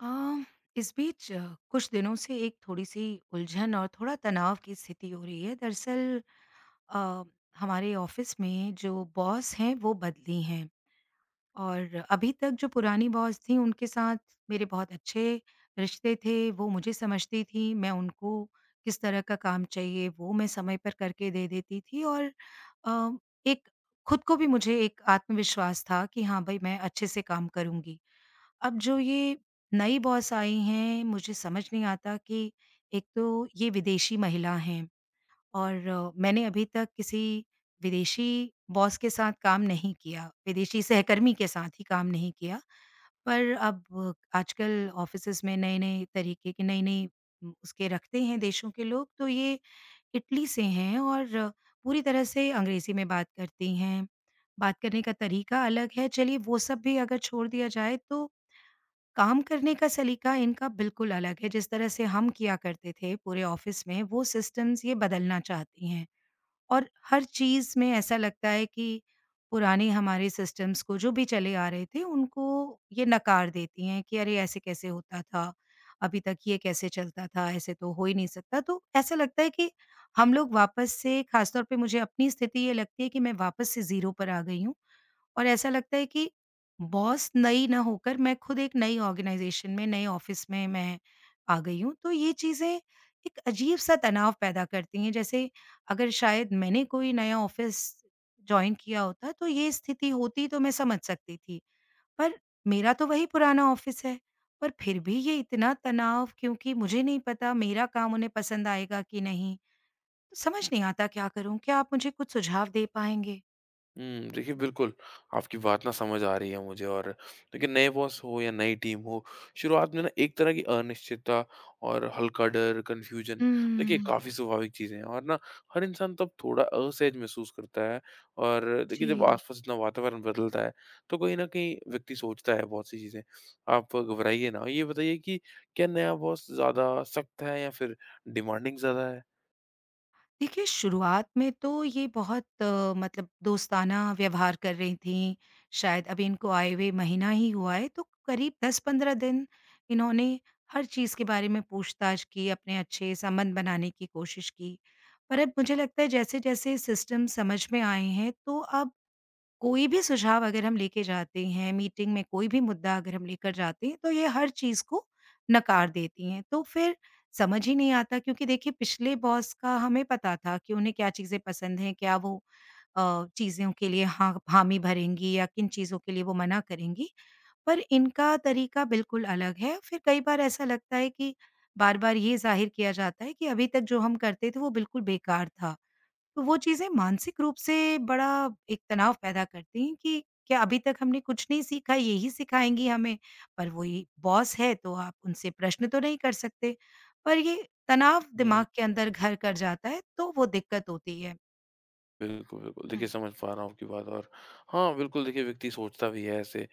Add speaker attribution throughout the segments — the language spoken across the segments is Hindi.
Speaker 1: अ, इस बीच कुछ दिनों से एक थोड़ी-सी उलझन और थोड़ा तनाव की स्थिति हो रही है। दरअसल अ, हमारे ऑफ़िस में जो बॉस हैं, वो बदली हैं और अभी तक जो पुरानी बॉस थीं, उनके साथ मेरे बहुत अच्छे रिश्ते थे। वो मुझे समझती थीं, मैं उनको किस तरह का काम चाहिए, वो मैं समय पर करके दे देती थी और अ, एक खुद को भी मुझे एक आत्मविश्वास था कि हाँ, भई मैं अच्छे से काम करूँगी। अब जो ये नई बॉस आई हैं, मुझे समझ नहीं आता कि एक तो ये विदेशी महिला हैं और मैंने अभी तक किसी विदेशी बॉस के साथ काम नहीं किया, विदेशी सहकर्मी के साथ ही काम नहीं किया। पर अब आजकल ऑफ़िसेज़ में नए-नए तरीके के नई-नई उसके रखते हैं देशों के लोग, तो ये इटली से हैं और पूरी तरह से अंग्रेज़ी में बात करती हैं, बात करने का तरीका अलग है। चलिए वो सब भी अगर छोड़ दिया जाए तो काम करने का सलीका इनका बिल्कुल अलग है, जिस तरह से हम किया करते थे पूरे ऑफ़िस में, वो सिस्टम्स ये बदलना चाहती हैं। और हर चीज़ में ऐसा लगता है कि पुराने हमारे सिस्टम्स को जो भी चले आ रहे थे, उनको ये नकार देती हैं कि अरे! ऐसे कैसे होता था? अभी तक ये कैसे चलता था? ऐसे तो हो ही नहीं सकता। तो ऐसा लगता है कि हम लोग वापस से ख़ासतौर पे मुझे अपनी स्थिति ये लगती है कि मैं वापस से ज़ीरो पर आ गई हूँ। और ऐसा लगता है कि बॉस नई ना होकर मैं खुद एक नई ऑर्गेनाइजेशन में, नए ऑफिस में मैं आ गई हूँ। तो ये चीज़ें एक अजीब सा तनाव पैदा करती हैं। जैसे अगर शायद मैंने कोई नया ऑफिस जॉइन किया होता तो ये स्थिति होती तो मैं समझ सकती थी। पर मेरा तो वही पुराना ऑफिस है, पर फिर भी ये इतना तनाव क्योंकि मुझे नहीं पता मेरा काम उन्हें पसंद आएगा कि नहीं। तो समझ नहीं आता क्या करूँ? क्या आप मुझे कुछ सुझाव दे पाएँगे?
Speaker 2: हुँ, देखिए बिल्कुल, आपकी बात ना समझ आ रही है मुझे। और देखिए नए बॉस हो या नई टीम हो, शुरुआत में ना एक तरह की अनिश्चितता और हल्का डर, कन्फ्यूज़न, देखिए
Speaker 1: हुँ,
Speaker 2: काफ़ी स्वाभाविक चीज़ें हैं। और ना हर इंसान तब थोड़ा असहज महसूस करता है और देखिए जब
Speaker 1: जी।
Speaker 2: आस-पास इतना वातावरण बदलता है, तो कहीं न कहीं व्यक्ति सोचता है बहुत सी चीज़ें। आप घबराइए ना, ये बताइए कि क्या नया बॉस ज़्यादा सख्त है या फिर डिमांडिंग ज़्यादा है?
Speaker 1: देखिए, शुरुआत में तो ये बहुत मतलब दोस्ताना व्यवहार कर रही थीं। शायद अभी इनको आए हुए महीना ही हुआ है, तो करीब 10-15 दिन इन्होंने हर चीज़ के बारे में पूछताछ की, अपने अच्छे संबंध बनाने की कोशिश की। पर अब मुझे लगता है जैसे-जैसे सिस्टम समझ में आए हैं, तो अब कोई भी सुझाव अगर हम लेके जाते हैं, मीटिंग में कोई भी मुद्दा अगर हम लेकर जाते हैं, तो ये हर चीज़ को नकार देती हैं। तो फिर समझ ही नहीं आता क्योंकि देखिए पिछले बॉस का हमें पता था कि उन्हें क्या चीज़ें पसंद हैं, क्या वो चीज़ों के लिए हाँ, हामी भरेंगी या किन चीज़ों के लिए वो मना करेंगी। पर इनका तरीका बिल्कुल अलग है। फिर कई बार ऐसा लगता है कि बार-बार ये ज़ाहिर किया जाता है कि अभी तक जो हम करते थे वो बिल्कुल बेकार था। तो वो चीज़ें मानसिक रूप से बड़ा एक तनाव पैदा करती हैं कि क्या अभी तक हमने कुछ नहीं सीखा, यही सिखाएँगी हमें। पर वही बॉस है तो आप उनसे प्रश्न तो नहीं कर सकते। पर ये तनाव
Speaker 2: हुँ।
Speaker 1: दिमाग के अंदर घर कर जाता है तो वो दिक्कत होती है।
Speaker 2: बिल्कुल, बिल्कुल।
Speaker 1: हुँ।
Speaker 2: देखिए समझ पा रहा हूँ आपकी बात। और हाँ, बिल्कुल देखिए व्यक्ति सोचता भी है ऐसे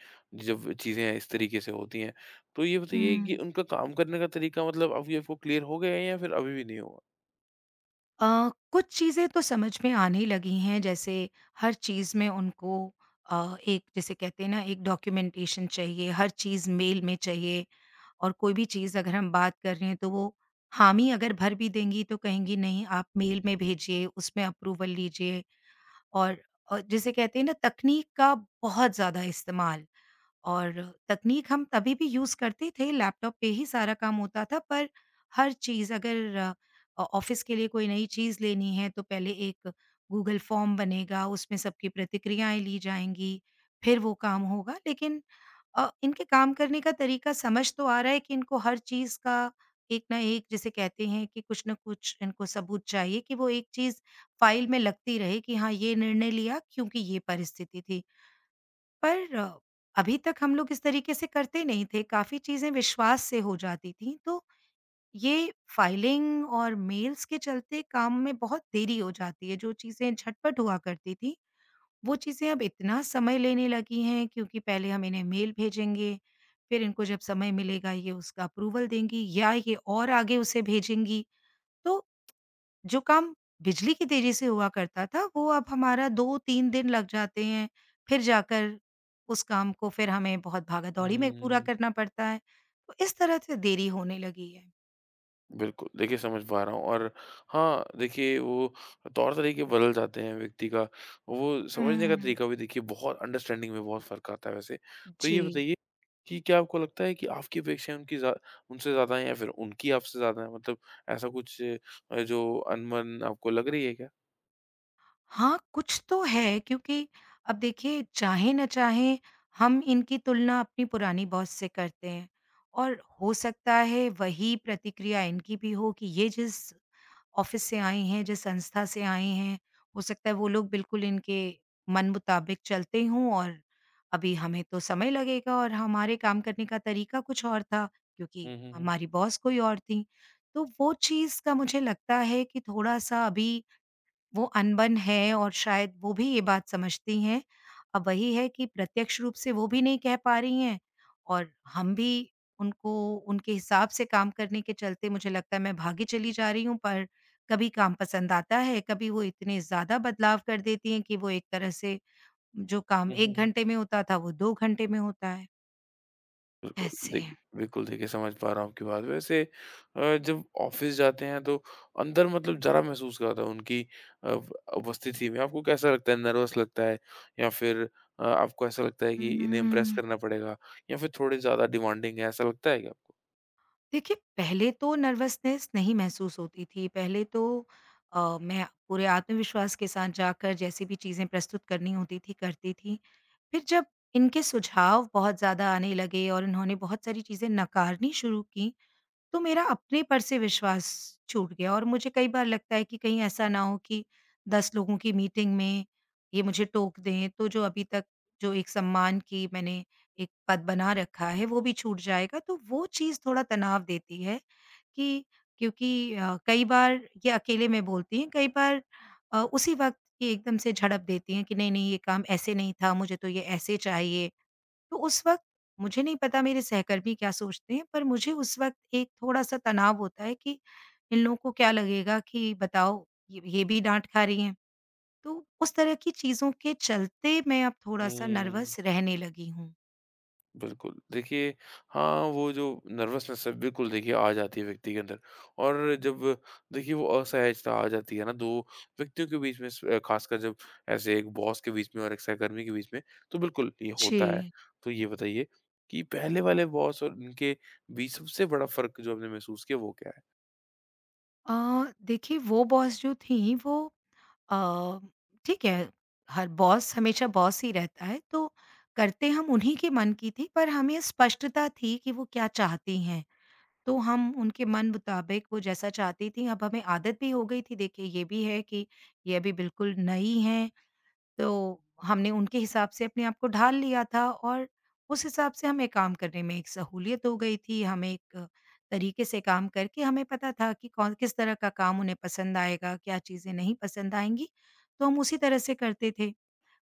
Speaker 2: जब चीज़ें इस तरीके से होती हैं। तो ये बताइए कि
Speaker 1: हुँ।
Speaker 2: उनका काम करने का तरीका मतलब अभी आपको क्लियर हो गया है या फिर अभी भी नहीं हुआ?
Speaker 1: कुछ चीज़ें तो समझ में आने लगी हैं जैसे हर चीज़ में उनको एक जिसे कहते हैं ना एक डॉक्यूमेंटेशन चाहिए, हर चीज़ मेल में चाहिए। और कोई भी चीज़ अगर हम बात कर रहे हैं तो वो हामी अगर भर भी देंगी तो कहेंगी नहीं आप मेल में भेजिए, उसमें अप्रूवल लीजिए और और जिसे कहते हैं ना तकनीक का बहुत ज़्यादा इस्तेमाल और तकनीक हम तभी भी यूज़ करते थे, लैपटॉप पे ही सारा काम होता था पर हर चीज़ अगर ऑफ़िस के लिए कोई नई चीज़ लेनी है तो पहले एक गूगल फॉर्म बनेगा, उसमें सबकी प्रतिक्रियाएँ ली जाएँगी, फिर वो काम होगा लेकिन इनके काम करने का तरीका समझ तो आ रहा है कि इनको हर चीज़ का एक ना एक जिसे कहते हैं कि कुछ ना कुछ इनको सबूत चाहिए कि वो एक चीज़ फाइल में लगती रहे कि हाँ, ये निर्णय लिया क्योंकि ये परिस्थिति थी। पर अभी तक हम लोग इस तरीके से करते नहीं थे, काफ़ी चीज़ें विश्वास से हो जाती थीं, तो ये फाइलिंग और मेल्स के चलते काम में बहुत देरी हो जाती है, जो चीज़ें झटपट हुआ करती थीं, वो चीज़ें अब इतना समय लेने लगी हैं क्योंकि पहले हम इन्हें मेल भेजेंगे, फिर इनको जब समय मिलेगा ये उसका अप्रूवल देंगी या ये और आगे उसे भेजेंगी। तो जो काम बिजली की तेज़ी से हुआ करता था वो अब हमारा 2-3 दिन लग जाते हैं, फिर जाकर उस काम को फिर हमें बहुत भागा-दौड़ी में पूरा
Speaker 2: हुँ।
Speaker 1: करना पड़ता है। तो इस तरह से देरी होने लगी है।
Speaker 2: बिल्कुल, देखिए समझ पा रहा हूँ। और हाँ, देखिए वो तौर-तरीके बदल जाते हैं व्यक्ति का, वो समझने का
Speaker 1: हुँ।
Speaker 2: तरीका भी देखिए बहुत अंडरस्टैंडिंग में बहुत फ़र्क आता है वैसे। तो ये
Speaker 1: जी।
Speaker 2: बताइए कि क्या आपको लगता है कि आपकी अपेक्षाएँ उनकी ज़्या उनसे ज़्यादा हैं या फिर उनकी आपसे ज़्यादा हैं? मतलब ऐसा कुछ जो अनबन आपको लग रही है क्या?
Speaker 1: हाँ, कुछ तो है क्योंकि अब देखिए चाहे ना चाहे हम इनकी तुलना अपनी पुरानी बॉस से करते हैं और हो सकता है वही प्रतिक्रिया इनकी भी हो कि ये जिस ऑफिस से आए हैं, जिस संस्था से आए हैं, हो सकता है वो लोग बिल्कुल इनके मन मुताबिक चलते हों और अभी हमें तो समय लगेगा और हमारे काम करने का तरीका कुछ और था क्योंकि
Speaker 2: हुँ, हुँ, हुँ।
Speaker 1: हमारी बॉस कोई और थी। तो वो चीज़ का मुझे लगता है कि थोड़ा-सा अभी वो अनबन है और शायद वो भी ये बात समझती हैं। अब वही है कि प्रत्यक्ष रूप से वो भी नहीं कह पा रही हैं और हम भी उनको उनके हिसाब से काम करने के चलते मुझे लगता है मैं भागी चली जा रही हूँ, पर कभी काम पसंद आता है, कभी वो इतने ज़्यादा बदलाव कर देती हैं कि वो एक तरह से जो काम
Speaker 2: हुँ, हुँ,
Speaker 1: 1
Speaker 2: हुँ।
Speaker 1: घंटे में होता था, वो 2 घंटे में होता है। ऐसे।
Speaker 2: देखिए बिल्कुल देखिए समझ पा रहा हूँ आपकी बात। वैसे जब ऑफ़िस जाते हैं तो अंदर मतलब ज़रा महसूस करता है उनकी अ, व- उपस्थिति में आपको कैसा लगता है? नर्वस लगता है या फिर आपको ऐसा लगता है कि इन्हें इम्प्रेस
Speaker 1: हुँ।
Speaker 2: करना पड़ेगा या फिर थोड़े ज़्यादा डिमांडिंग है, ऐसा लगता है क्या आपको?
Speaker 1: देखिए, पहले तो नर्वसनेस नहीं महसूस होती थी। पहले तो मैं पूरे आत्मविश्वास के साथ जाकर जैसी भी चीज़ें प्रस्तुत करनी होती थी, करती थी। फिर जब इनके सुझाव बहुत ज़्यादा आने लगे और इन्होंने बहुत सारी चीज़ें नकारनी शुरू की, तो मेरा अपने पर से विश्वास छूट गया और मुझे कई बार लगता है कि कहीं ऐसा ना हो कि 10 लोगों की मीटिंग में ये मुझे टोक दें, तो जो अभी तक जो एक सम्मान की मैंने एक पद बना रखा है, वो भी छूट जाएगा। तो वो चीज़ थोड़ा तनाव देती है कि क्योंकि कई बार ये अकेले में बोलती हैं, कई बार उसी वक़्त ये एकदम से झड़प देती हैं कि नहीं, नहीं, ये काम ऐसे नहीं था, मुझे तो ये ऐसे चाहिए। तो उस वक़्त मुझे नहीं पता मेरे सहकर्मी क्या सोचते हैं, पर मुझे उस वक़्त एक थोड़ा-सा तनाव होता है कि इन लोगों को क्या लगेगा कि बताओ ये भी डाँट खा रही हैं। तो उस तरह की चीज़ों के चलते मैं अब थोड़ा-सा
Speaker 2: हुँ।
Speaker 1: नर्वस रहने लगी हूँ।
Speaker 2: बिल्कुल। देखिए हाँ, वो जो नर्वसनेस है बिल्कुल देखिए आ जाती है व्यक्ति के अंदर और जब देखिए वो असहजता आ जाती है ना 2 व्यक्तियों के बीच में ख़ासकर जब ऐसे एक बॉस के बीच में और एक सहकर्मी के बीच में, तो बिल्कुल ये
Speaker 1: जी।
Speaker 2: होता है। तो ये बताइए कि पहले वाले बॉस और इनके बीच सबसे बड़ा फ़र्क जो आपने महसूस किया वो क्या है?
Speaker 1: अ, देखिए वो बॉस जो थीं वो अ, ठीक है, हर बॉस हमेशा बॉस ही रहता है, तो करते हम उन्हीं के मन की थी पर हमें स्पष्टता थी कि वो क्या चाहती हैं। तो हम उनके मन मुताबिक वो जैसा चाहती थी अब हमें आदत भी हो गई थी देखिए ये भी है कि ये अभी बिल्कुल नई हैं तो हमने उनके हिसाब से अपने आप को ढाल लिया था और उस हिसाब से हमें काम करने में एक सहूलियत हो गई थी हमें एक तरीके से काम करके हमें पता था कि कौन किस तरह का काम उन्हें पसंद आएगा क्या चीज़ें नहीं पसंद आएंगी तो हम उसी तरह से करते थे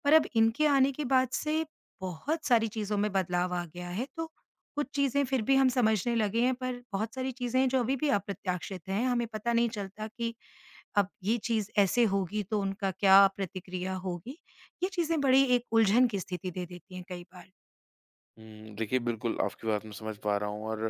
Speaker 1: पर अब इनके आने के बाद से बहुत सारी चीज़ों में बदलाव आ गया है, तो कुछ चीज़ें फिर भी हम समझने लगे हैं, पर बहुत सारी चीज़ें हैं जो अभी भी अप्रत्याशित हैं। हमें पता नहीं चलता कि अब ये चीज़ ऐसे होगी तो उनका क्या प्रतिक्रिया होगी। ये चीज़ें बड़ी एक उलझन की स्थिति दे देती हैं कई बार।
Speaker 2: हुँ, देखिए बिल्कुल आपकी बात मैं समझ पा रहा हूँ और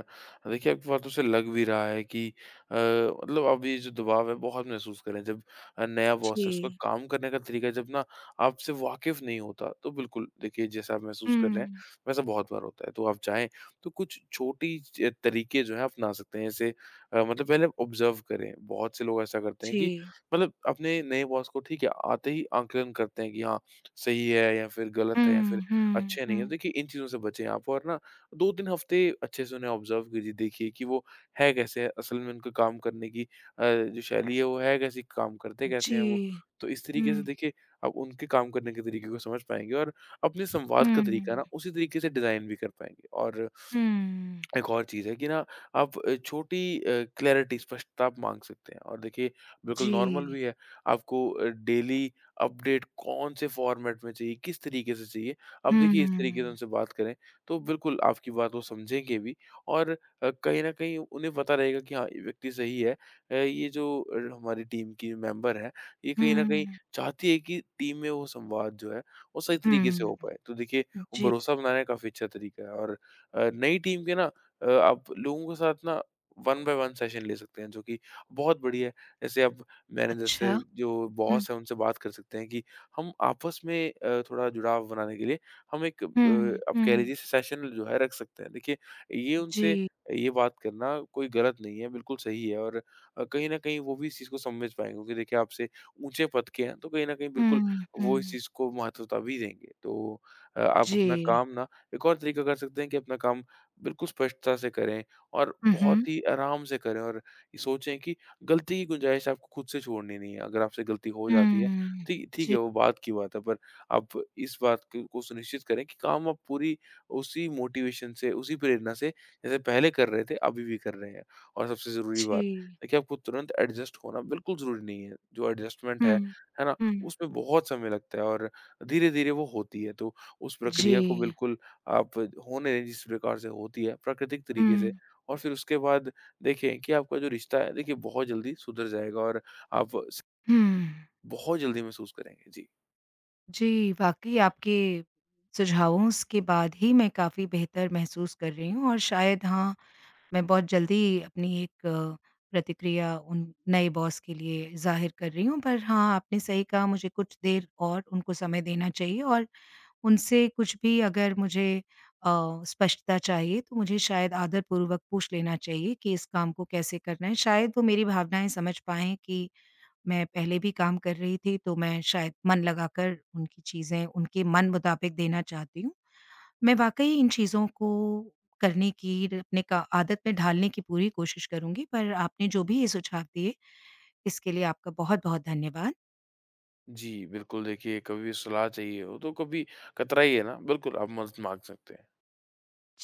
Speaker 2: देखिए आपकी बातों से लग भी रहा है कि मतलब आप ये जो दबाव है बहुत महसूस करें जब नया बॉस है उसका
Speaker 1: जी।
Speaker 2: काम करने का तरीका जब ना आपसे वाकिफ़ नहीं होता तो बिल्कुल देखिए जैसा आप महसूस कर रहे हैं
Speaker 1: हुँ।
Speaker 2: वैसा बहुत बार होता है। तो आप चाहें तो कुछ छोटी च तरीके जो हैं अपना सकते हैं जैसे मतलब पहले ऑब्ज़र्व करें। बहुत से लोग ऐसा करते हैं कि
Speaker 1: जी।
Speaker 2: मतलब अपने नए बॉस को ठीक है आते ही आकलन करते हैं कि हाँ, सही है या फिर गलत है या फिर
Speaker 1: हुँ, हुँ,
Speaker 2: अच्छे नहीं है।
Speaker 1: हुँ।
Speaker 2: देखिए इन चीज़ों से बचें आप और ना 2-3 हफ्ते अच्छे से उन्हें ऑब्ज़र्व कीजिए, देखिए कि वो है कैसे? है, असल में उनका काम करने की जो शैली है वो है कैसी? काम करते कैसे
Speaker 1: जी।
Speaker 2: हैं वो? तो इस
Speaker 1: हुँ,
Speaker 2: तरीके से देखिए आप उनके काम करने के तरीके को समझ पाएँगे और अपने संवाद का तरीका ना
Speaker 1: हुँ,
Speaker 2: उसी तरीके से डिज़ाइन भी कर पाएँगे। और
Speaker 1: हुँ।
Speaker 2: एक और चीज़ है कि ना आप छोटी क्लैरिटी स्पष्टता आप माँग सकते हैं और देखिए बिल्कुल नॉर्मल
Speaker 1: जी।
Speaker 2: भी है। आपको डेली अपडेट कौन से फॉर्मेट में चाहिए, किस तरीके से चाहिए, आप
Speaker 1: हुँ,
Speaker 2: देखिए इस तरीके से उनसे बात करें, तो बिल्कुल आपकी बात वो समझेंगे भी और कहीं न कहीं उन्हें पता रहेगा कि हाँ, ये व्यक्ति सही है। ये जो हमारी टीम की मेंबर है, ये कहीं न कहीं
Speaker 1: हुँ,
Speaker 2: चाहती है कि टीम में वो संवाद जो है, वो सही तरीके से हो
Speaker 1: हुँ।
Speaker 2: पाए। तो देखिए, वो
Speaker 1: जी।
Speaker 2: भरोसा बनाने का काफ़ी अच्छा तरीका है। और नई टीम के ना आप लोगों के साथ ना वन बाय वन सेशन ले सकते हैं जो कि बहुत बढ़िया है। जैसे आप मैनेजर से
Speaker 1: अच्छा।
Speaker 2: जो
Speaker 1: हुँ।
Speaker 2: बॉस है उनसे बात कर सकते हैं कि हम आपस में थोड़ा जुड़ाव बनाने के लिए हम एक
Speaker 1: हुँ,
Speaker 2: आप कह
Speaker 1: हुँ।
Speaker 2: लीजिए सेशन जो है रख सकते हैं। देखिए ये उनसे
Speaker 1: जी।
Speaker 2: ये बात करना कोई गलत नहीं है, बिल्कुल सही है और कहीं न कहीं वो भी इस चीज़ को समझ पाएँगे क्योंकि देखिए आपसे ऊँचे पद के हैं, तो कहीं न कहीं बिल्कुल
Speaker 1: हुँ,
Speaker 2: वो इस
Speaker 1: हुँ।
Speaker 2: चीज़ को महत्वता भी देंगे। तो आप अपना
Speaker 1: जी।
Speaker 2: काम ना एक और तरीका कर सकते हैं कि अपना काम बिल्कुल स्पष्टता से करें और
Speaker 1: हुँ, हुँ।
Speaker 2: बहुत ही आराम से करें और ये सोचें कि गलती की गुंजाइश आपको खुद से छोड़नी नहीं है। अगर आपसे गलती हो जाती है,
Speaker 1: हुँ।
Speaker 2: ठीक ठीक है,
Speaker 1: जी,
Speaker 2: वो बात की बात है, पर आप इस बात क को सुनिश्चित करें कि काम आप पूरी उसी मोटिवेशन से, उसी प्रेरणा से जैसे पहले कर रहे थे, अभी भी कर रहे हैं। और सबसे ज़रूरी
Speaker 1: जी।
Speaker 2: बात है कि आपको तुरंत एडजस्ट होना बिल्कुल ज़रूरी नहीं है। जो एडजस्टमेंट
Speaker 1: हुँ,
Speaker 2: है ना?
Speaker 1: हुँ।
Speaker 2: उसमें बहुत समय लगता है और धीरे-धीरे वो होती है। तो उस प्रक्रिया को
Speaker 1: जी।
Speaker 2: बिल्कुल आप होने दें जिस प्रकार से होती है प्राकृतिक तरीके
Speaker 1: हुँ,
Speaker 2: से और फिर उसके बाद देखें कि आपका जो रिश्ता है देखिए बहुत जल्दी सुधर जाएगा और आप स
Speaker 1: हुँ।
Speaker 2: बहुत जल्दी महसूस करेंगे। जी।
Speaker 1: जी, वाक़ई आपके सुझावों स के बाद ही मैं काफ़ी बेहतर महसूस कर रही हूँ और शायद हाँ, मैं बहुत जल्दी अपनी एक प्रतिक्रिया उन नए बॉस के लिए ज़ाहिर कर रही हूँ। पर हाँ, आपने सही कहा मुझे कुछ देर और उनको समय देना चाहिए और उनसे कुछ भी अगर मुझे अ, स्पष्टता चाहिए तो मुझे शायद आदरपूर्वक पूछ लेना चाहिए कि इस काम को कैसे करना है। शायद वो मेरी भावनाएँ समझ पाएँ कि मैं पहले भी काम कर रही थी तो मैं शायद मन लगाकर उनकी चीज़ें उनके मन मुताबिक देना चाहती हूँ। मैं वाक़ई इन चीज़ों को करने की र अपने का आदत में ढालने की पूरी कोशिश करूँगी पर आपने जो भी ये सुझाव दिए इसके लिए आपका बहुत-बहुत धन्यवाद।
Speaker 2: जी, बिल्कुल देखिए कभी भी सलाह चाहिए हो तो कभी कतराइए ना, बिल्कुल आप मदद माँग सकते हैं।